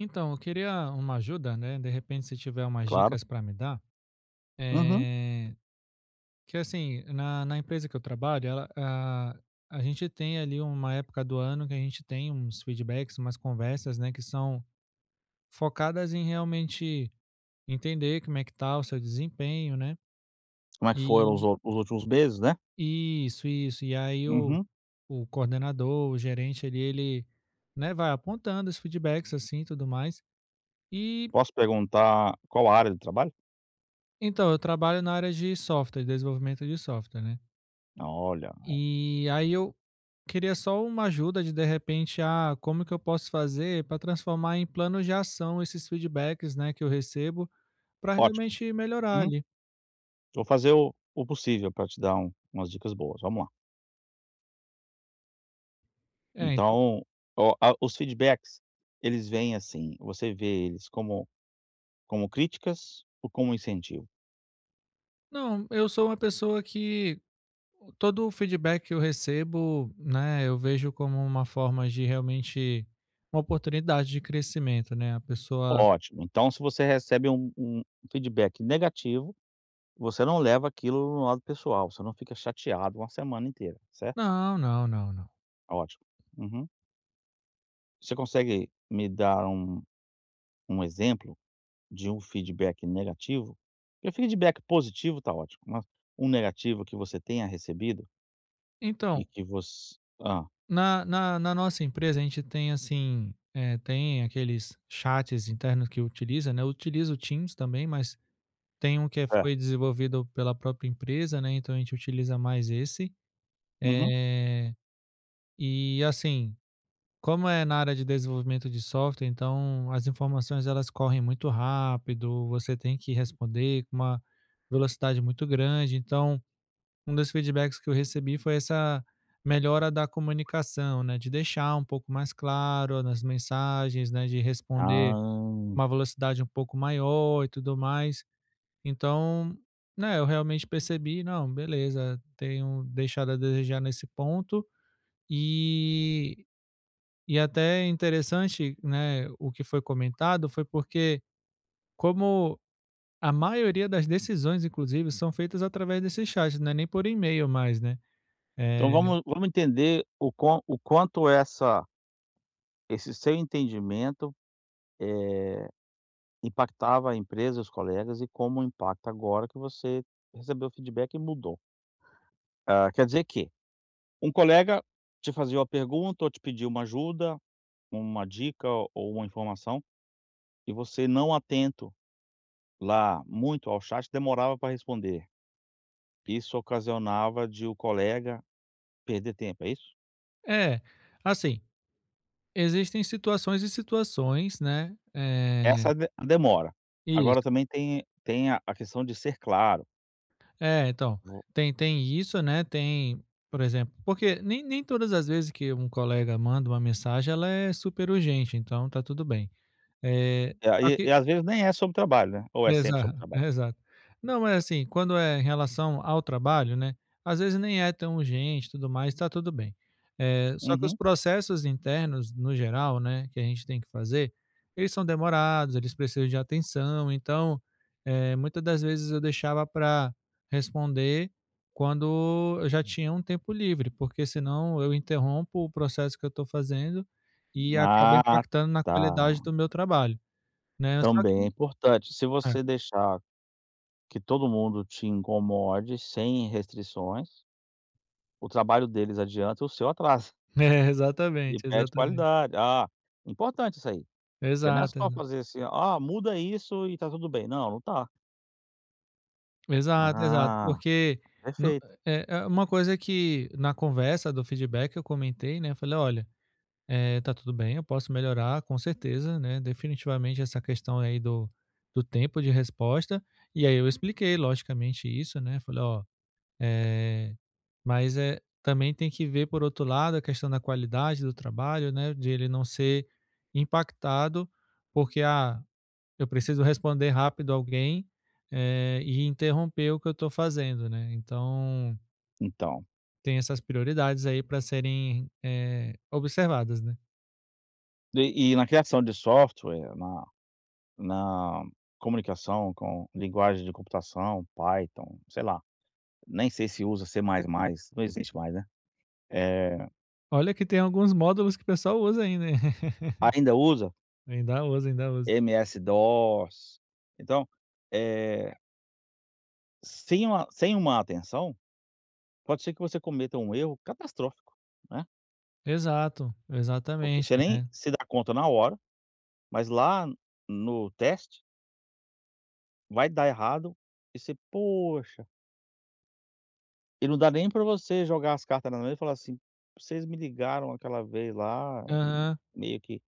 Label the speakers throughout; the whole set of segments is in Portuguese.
Speaker 1: Então, eu queria uma ajuda, né? De repente, se tiver umas
Speaker 2: Claro.
Speaker 1: dicas para me dar.
Speaker 2: Uhum.
Speaker 1: É... Que assim, na empresa que eu trabalho, ela, a gente tem ali uma época do ano que a gente tem uns feedbacks, umas conversas, né? Que são focadas em realmente entender como é que tá o seu desempenho, né?
Speaker 2: Como é que foram os
Speaker 1: E
Speaker 2: ou os últimos meses, né?
Speaker 1: isso. E aí
Speaker 2: Uhum.
Speaker 1: o coordenador, o gerente ali, ele, né, vai apontando os feedbacks assim e tudo mais. E
Speaker 2: Posso perguntar qual a área de trabalho?
Speaker 1: então, eu trabalho na área de software, desenvolvimento de software, né.
Speaker 2: Olha,
Speaker 1: E aí eu queria só uma ajuda de repente, ah, como que eu posso fazer para transformar em planos de ação esses feedbacks, né, que eu recebo, para
Speaker 2: ótimo.
Speaker 1: realmente melhorar
Speaker 2: Uhum.
Speaker 1: ali.
Speaker 2: Vou fazer o possível para te dar umas dicas boas, vamos lá.
Speaker 1: É, então
Speaker 2: Então, o a os feedbacks, eles vêm assim, você vê eles como críticas ou como incentivo?
Speaker 1: não, eu sou uma pessoa que todo o feedback que eu recebo, né, eu vejo como uma forma de realmente uma oportunidade de crescimento, né, a pessoa
Speaker 2: Ótimo. Então se você recebe um feedback negativo, você não leva aquilo no lado pessoal, você não fica chateado uma semana inteira, certo?
Speaker 1: não, não, não, não.
Speaker 2: Ótimo. Uhum. Você consegue me dar um exemplo de um feedback negativo, porque feedback positivo tá ótimo, mas um negativo que você tenha recebido e
Speaker 1: Então,
Speaker 2: que você
Speaker 1: na nossa empresa, a gente tem assim, tem aqueles chats internos que utiliza, né, utiliza o Teams também, mas tem um que é, foi
Speaker 2: certo.
Speaker 1: desenvolvido pela própria empresa, né, então a gente utiliza mais esse.
Speaker 2: Uhum.
Speaker 1: Eh, e assim, como é na área de desenvolvimento de software, então as informações elas correm muito rápido, você tem que responder com uma velocidade muito grande, então um dos feedbacks que eu recebi foi essa melhora da comunicação, né, de deixar um pouco mais claro nas mensagens, né, de responder
Speaker 2: Ah,
Speaker 1: uma velocidade um pouco maior e tudo mais. Então, né, eu realmente percebi, não, beleza, tenho deixado a desejar nesse ponto e e até interessante, né, o que foi comentado foi porque como a maioria das decisões, inclusive, são feitas através desse chat, não é nem por e-mail mais, né. eh,
Speaker 2: então vamos entender o quanto essa esse seu entendimento impactava a empresa, os colegas e como impacta agora que você recebeu o feedback e mudou. Ah, quer dizer que um colega te fazia uma pergunta ou te pediu uma ajuda, uma dica ou uma informação e você não atento lá, muito ao chat, demorava para responder. Isso ocasionava de o colega perder tempo, é isso?
Speaker 1: É, assim, existem situações e situações, né,
Speaker 2: Essa de demora. Agora
Speaker 1: isso.
Speaker 2: também tem a questão de ser claro.
Speaker 1: É, então,
Speaker 2: Vo
Speaker 1: tem isso, né, tem, por exemplo porque nem todas as vezes que um colega manda uma mensagem, ela é super urgente, então tá tudo bem. Eh,
Speaker 2: E
Speaker 1: Só
Speaker 2: aí e
Speaker 1: que
Speaker 2: às vezes nem é sobre trabalho, né, ou é sempre sobre
Speaker 1: exato,
Speaker 2: trabalho?
Speaker 1: exato. Não, mas assim, quando é em relação ao trabalho, né, às vezes nem é tão urgente tudo mais, tá tudo bem. Só que os
Speaker 2: Uhum.
Speaker 1: processos internos, no geral, né, que a gente tem que fazer, eles são demorados, eles precisam de atenção, então, muitas das vezes eu deixava para responder quando eu já tinha um tempo livre, porque senão eu interrompo o processo que eu estou fazendo e acaba
Speaker 2: Ah,
Speaker 1: impactando na
Speaker 2: tá.
Speaker 1: qualidade do meu trabalho, né, só
Speaker 2: Também
Speaker 1: que
Speaker 2: é importante. Se você deixar que todo mundo te incomode sem restrições, o trabalho deles adianta e o seu atrasa
Speaker 1: é,
Speaker 2: e
Speaker 1: exatamente,
Speaker 2: perde
Speaker 1: exatamente.
Speaker 2: qualidade. Ah, importante isso aí. Porque não é
Speaker 1: Exato,
Speaker 2: só
Speaker 1: exato.
Speaker 2: fazer assim: "Ah, muda isso e tá tudo bem". Não, não tá.
Speaker 1: Exato, exato,
Speaker 2: Ah,
Speaker 1: porque no
Speaker 2: perfeito.
Speaker 1: é é uma coisa que na conversa do feedback eu comentei, né, falei: "Olha, tá tudo bem, eu posso melhorar com certeza, né, definitivamente essa questão aí do tempo de resposta". E aí eu expliquei logicamente isso, né, falei: "Ó, eh, mas, é também tem que ver por outro lado a questão da qualidade do trabalho, né, de ele não ser impactado porque, a eu preciso responder rápido alguém e interromper o que eu estou fazendo, né? Então,
Speaker 2: Então,
Speaker 1: tem essas prioridades aí para serem observadas, né?
Speaker 2: e na criação de software, na comunicação com linguagem de computação, Python, sei lá, nem sei se usa C++, não existe mais, né. É,
Speaker 1: Olha que tem alguns módulos que o pessoal usa ainda, hein?
Speaker 2: ainda usa
Speaker 1: Ainda usa, ainda usa.
Speaker 2: MS-DOS. Então, eh, sem uma atenção, pode ser que você cometa um erro catastrófico, né,
Speaker 1: Exato,
Speaker 2: porque
Speaker 1: exatamente,
Speaker 2: você nem
Speaker 1: né?
Speaker 2: se dá conta na hora, mas lá no teste vai dar errado e você: "Poxa", e não dá nem pra você jogar as cartas na mesa e falar assim: "Vocês me ligaram aquela vez lá e
Speaker 1: Aham.
Speaker 2: meio que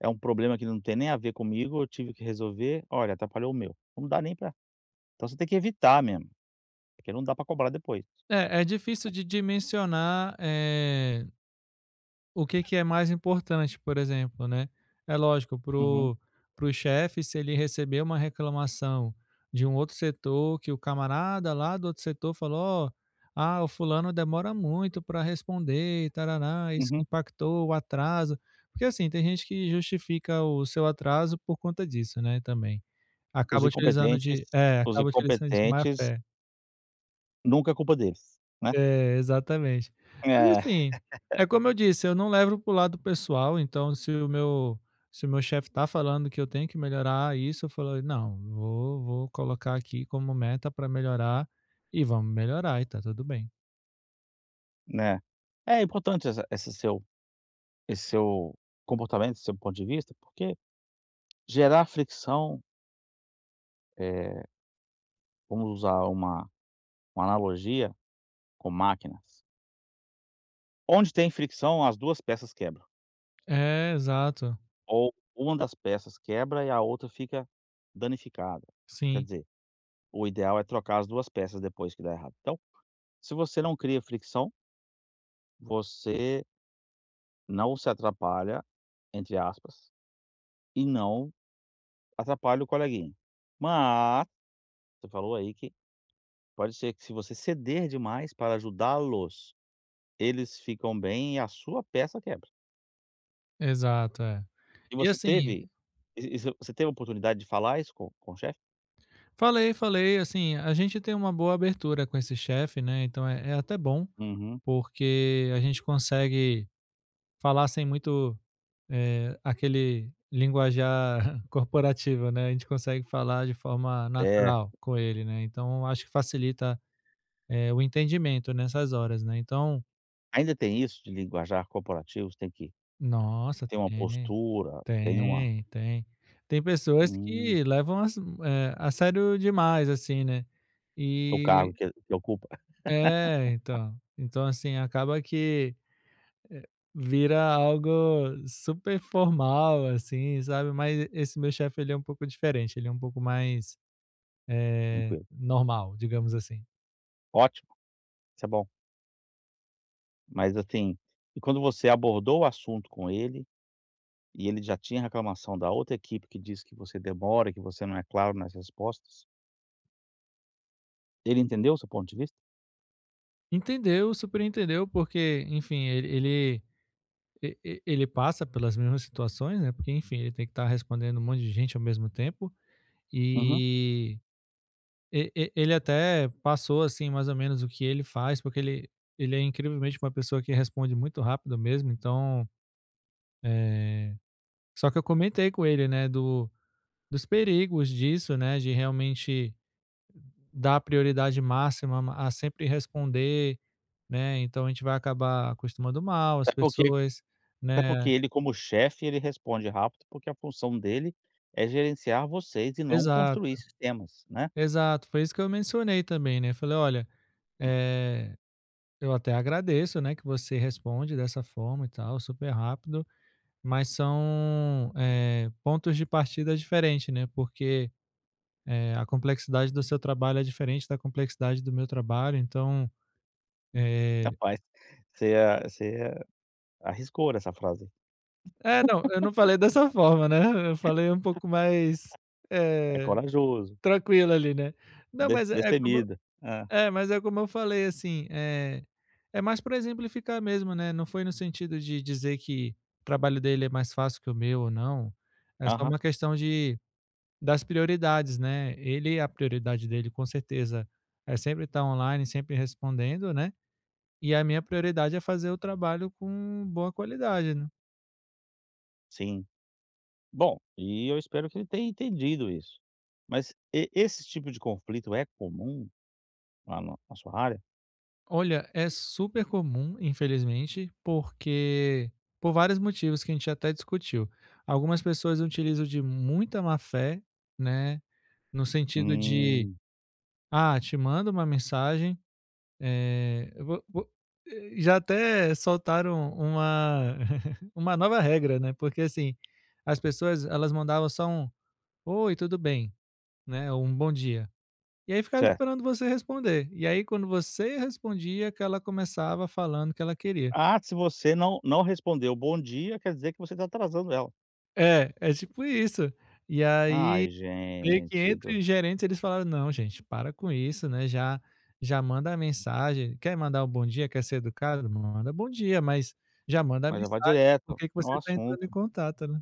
Speaker 2: é um problema que não tem nem a ver comigo, eu tive que resolver, olha, atrapalhou o meu". Não dá nem pra então você tem que evitar mesmo, porque não dá pra cobrar depois.
Speaker 1: É, é difícil de dimensionar o que que é mais importante, por exemplo, né? É lógico,
Speaker 2: Uhum,
Speaker 1: pro, pro chefe, se ele receber uma reclamação de um outro setor, que o camarada lá do outro setor falou, ó, ah, o fulano demora muito para responder, e tarará, isso
Speaker 2: uhum.
Speaker 1: impactou o atraso. Porque assim, tem gente que justifica o seu atraso por conta disso, né, também.
Speaker 2: Os
Speaker 1: Acaba utilizando
Speaker 2: incompetentes
Speaker 1: de é,
Speaker 2: os
Speaker 1: acaba utilizando de má
Speaker 2: incompetentes,
Speaker 1: fé.
Speaker 2: nunca é culpa deles, né.
Speaker 1: É, exatamente. Mas
Speaker 2: É,
Speaker 1: assim, é como eu disse, eu não levo pro lado pessoal, então se o meu chefe tá falando que eu tenho que melhorar isso, eu falo: "Não, vou colocar aqui como meta para melhorar e vamos melhorar e tá tudo bem".
Speaker 2: né. É importante essa esse seu comportamento, esse seu ponto de vista, porque gerar fricção. eh Vamos usar uma analogia com máquinas. Onde tem fricção, as 2 peças quebram,
Speaker 1: É, exato.
Speaker 2: ou uma das peças quebra e a outra fica danificada. Quer
Speaker 1: Sim,
Speaker 2: dizer, o ideal é trocar as 2 peças depois que dá errado. Então, se você não cria fricção, você não se atrapalha, entre aspas, e não atrapalha o coleguinha. Mas, você falou aí que pode ser que se você ceder demais para ajudá-los, eles ficam bem e a sua peça quebra.
Speaker 1: exato, é.
Speaker 2: E
Speaker 1: E
Speaker 2: você
Speaker 1: assim,
Speaker 2: teve e você teve a oportunidade de falar isso com o chefe?
Speaker 1: falei, falei, assim, a gente tem uma boa abertura com esse chefe, né, então é é até bom,
Speaker 2: Uhum.
Speaker 1: porque a gente consegue falassem muito, aquele linguajar corporativo, né, a gente consegue falar de forma
Speaker 2: É,
Speaker 1: natural com ele, né, então acho que facilita, o entendimento nessas horas, né, então
Speaker 2: ainda tem isso de linguajar corporativo, você tem que
Speaker 1: nossa,
Speaker 2: ter uma
Speaker 1: tem,
Speaker 2: postura, tem uma
Speaker 1: tem, tem. Tem pessoas
Speaker 2: hum,
Speaker 1: que levam as a sério demais, assim, né,
Speaker 2: o cargo
Speaker 1: e
Speaker 2: que ocupa.
Speaker 1: é, então. Então, assim, acaba que vira algo super formal, assim, sabe, mas esse meu chefe ele é um pouco diferente, ele é um pouco mais,
Speaker 2: Tranquilo.
Speaker 1: normal, digamos assim.
Speaker 2: Ótimo, isso é bom. Mas assim, e quando você abordou o assunto com ele, e ele já tinha reclamação da outra equipe que diz que você demora, que você não é claro nas respostas, ele entendeu o seu ponto de vista?
Speaker 1: Entendeu, super entendeu, porque, enfim, ele e ele passa pelas mesmas situações, né, porque, enfim, ele tem que estar respondendo um monte de gente ao mesmo tempo,
Speaker 2: Uhum.
Speaker 1: e e ele até passou, assim, mais ou menos o que ele faz, porque ele é incrivelmente uma pessoa que responde muito rápido mesmo, então, eh, só que eu comentei com ele, né, do dos perigos disso, né, de realmente dar prioridade máxima a sempre responder, né, então a gente vai acabar acostumando mal as
Speaker 2: É porque
Speaker 1: pessoas,
Speaker 2: Até porque
Speaker 1: né.
Speaker 2: ele como chefe, ele responde rápido, porque a função dele é gerenciar vocês e não construir
Speaker 1: Exato,
Speaker 2: sistemas, né.
Speaker 1: exato, foi isso que eu mencionei também, né, falei: "Olha, eh, eu até agradeço, né, que você responde dessa forma e tal, super rápido, mas são, pontos de partida diferentes, né, porque, a complexidade do seu trabalho é diferente da complexidade do meu trabalho, então, eh".
Speaker 2: Rapaz, você arriscou essa frase.
Speaker 1: É, não, eu não falei dessa forma, né, eu falei um pouco mais,
Speaker 2: É
Speaker 1: eh,
Speaker 2: corajoso,
Speaker 1: tranquilo ali, né. Não, mas é é como
Speaker 2: destemida. É.
Speaker 1: é, mas é como eu falei, assim, é mais pra exemplificar mesmo, né, não foi no sentido de dizer que o trabalho dele é mais fácil que o meu ou não, é só
Speaker 2: Aham,
Speaker 1: uma questão de das prioridades, né. Ele é a prioridade dele com certeza é sempre estar online, sempre respondendo, né, e a minha prioridade é fazer o trabalho com boa qualidade.
Speaker 2: sim. Bom, e eu espero que ele tenha entendido isso. Mas e esse tipo de conflito é comum lá na sua área?
Speaker 1: Olha, é super comum, infelizmente, porque por vários motivos que a gente até discutiu. Algumas pessoas utilizam de muita má fé, né? No sentido de,
Speaker 2: Hum,
Speaker 1: ah, te mando uma mensagem. eh, eu vou- vou- já até soltaram uma, uma nova regra, né? Porque assim, as pessoas elas mandavam só um oi, tudo bem, né? Ou um bom dia. E aí ficava
Speaker 2: certo.
Speaker 1: esperando você responder. E aí quando você respondia que ela começava falando que ela queria.
Speaker 2: Ah, se você não respondeu "bom dia", quer dizer que você está atrasando ela.
Speaker 1: É, é tipo isso. E aí
Speaker 2: Ai,
Speaker 1: meio que
Speaker 2: gente
Speaker 1: entre
Speaker 2: do
Speaker 1: os gerentes eles falaram: "Não gente, para com isso, né, já já manda a mensagem, quer mandar um bom dia, quer ser educado, manda bom dia, mas já manda a
Speaker 2: Mas já vai
Speaker 1: mensagem, por
Speaker 2: direto
Speaker 1: que que
Speaker 2: ao
Speaker 1: você está entrando em
Speaker 2: assunto.
Speaker 1: contato, né".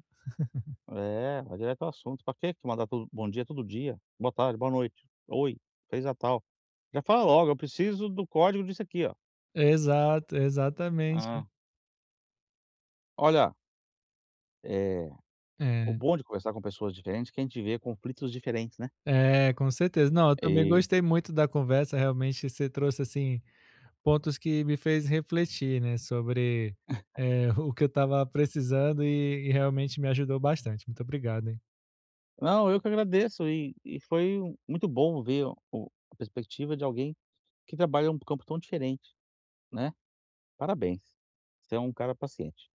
Speaker 2: É, vai direto ao assunto. Pra quê que mandar tudo bom dia todo dia, boa tarde, boa noite, oi, feliz Natal. Já fala logo: "Eu preciso do código disso aqui, ó".
Speaker 1: Exato, exatamente.
Speaker 2: Ah, olha, eh, o
Speaker 1: É,
Speaker 2: bom de conversar com pessoas diferentes é que a gente vê conflitos diferentes, né.
Speaker 1: é, com certeza. Não, eu também
Speaker 2: E
Speaker 1: gostei muito da conversa, realmente você trouxe assim pontos que me fez refletir, né, sobre, o que eu estava precisando e realmente me ajudou bastante. Muito obrigado, hein.
Speaker 2: não, eu que agradeço e foi muito bom ver o a perspectiva de alguém que trabalha em um campo tão diferente, né. Parabéns, você é um cara paciente.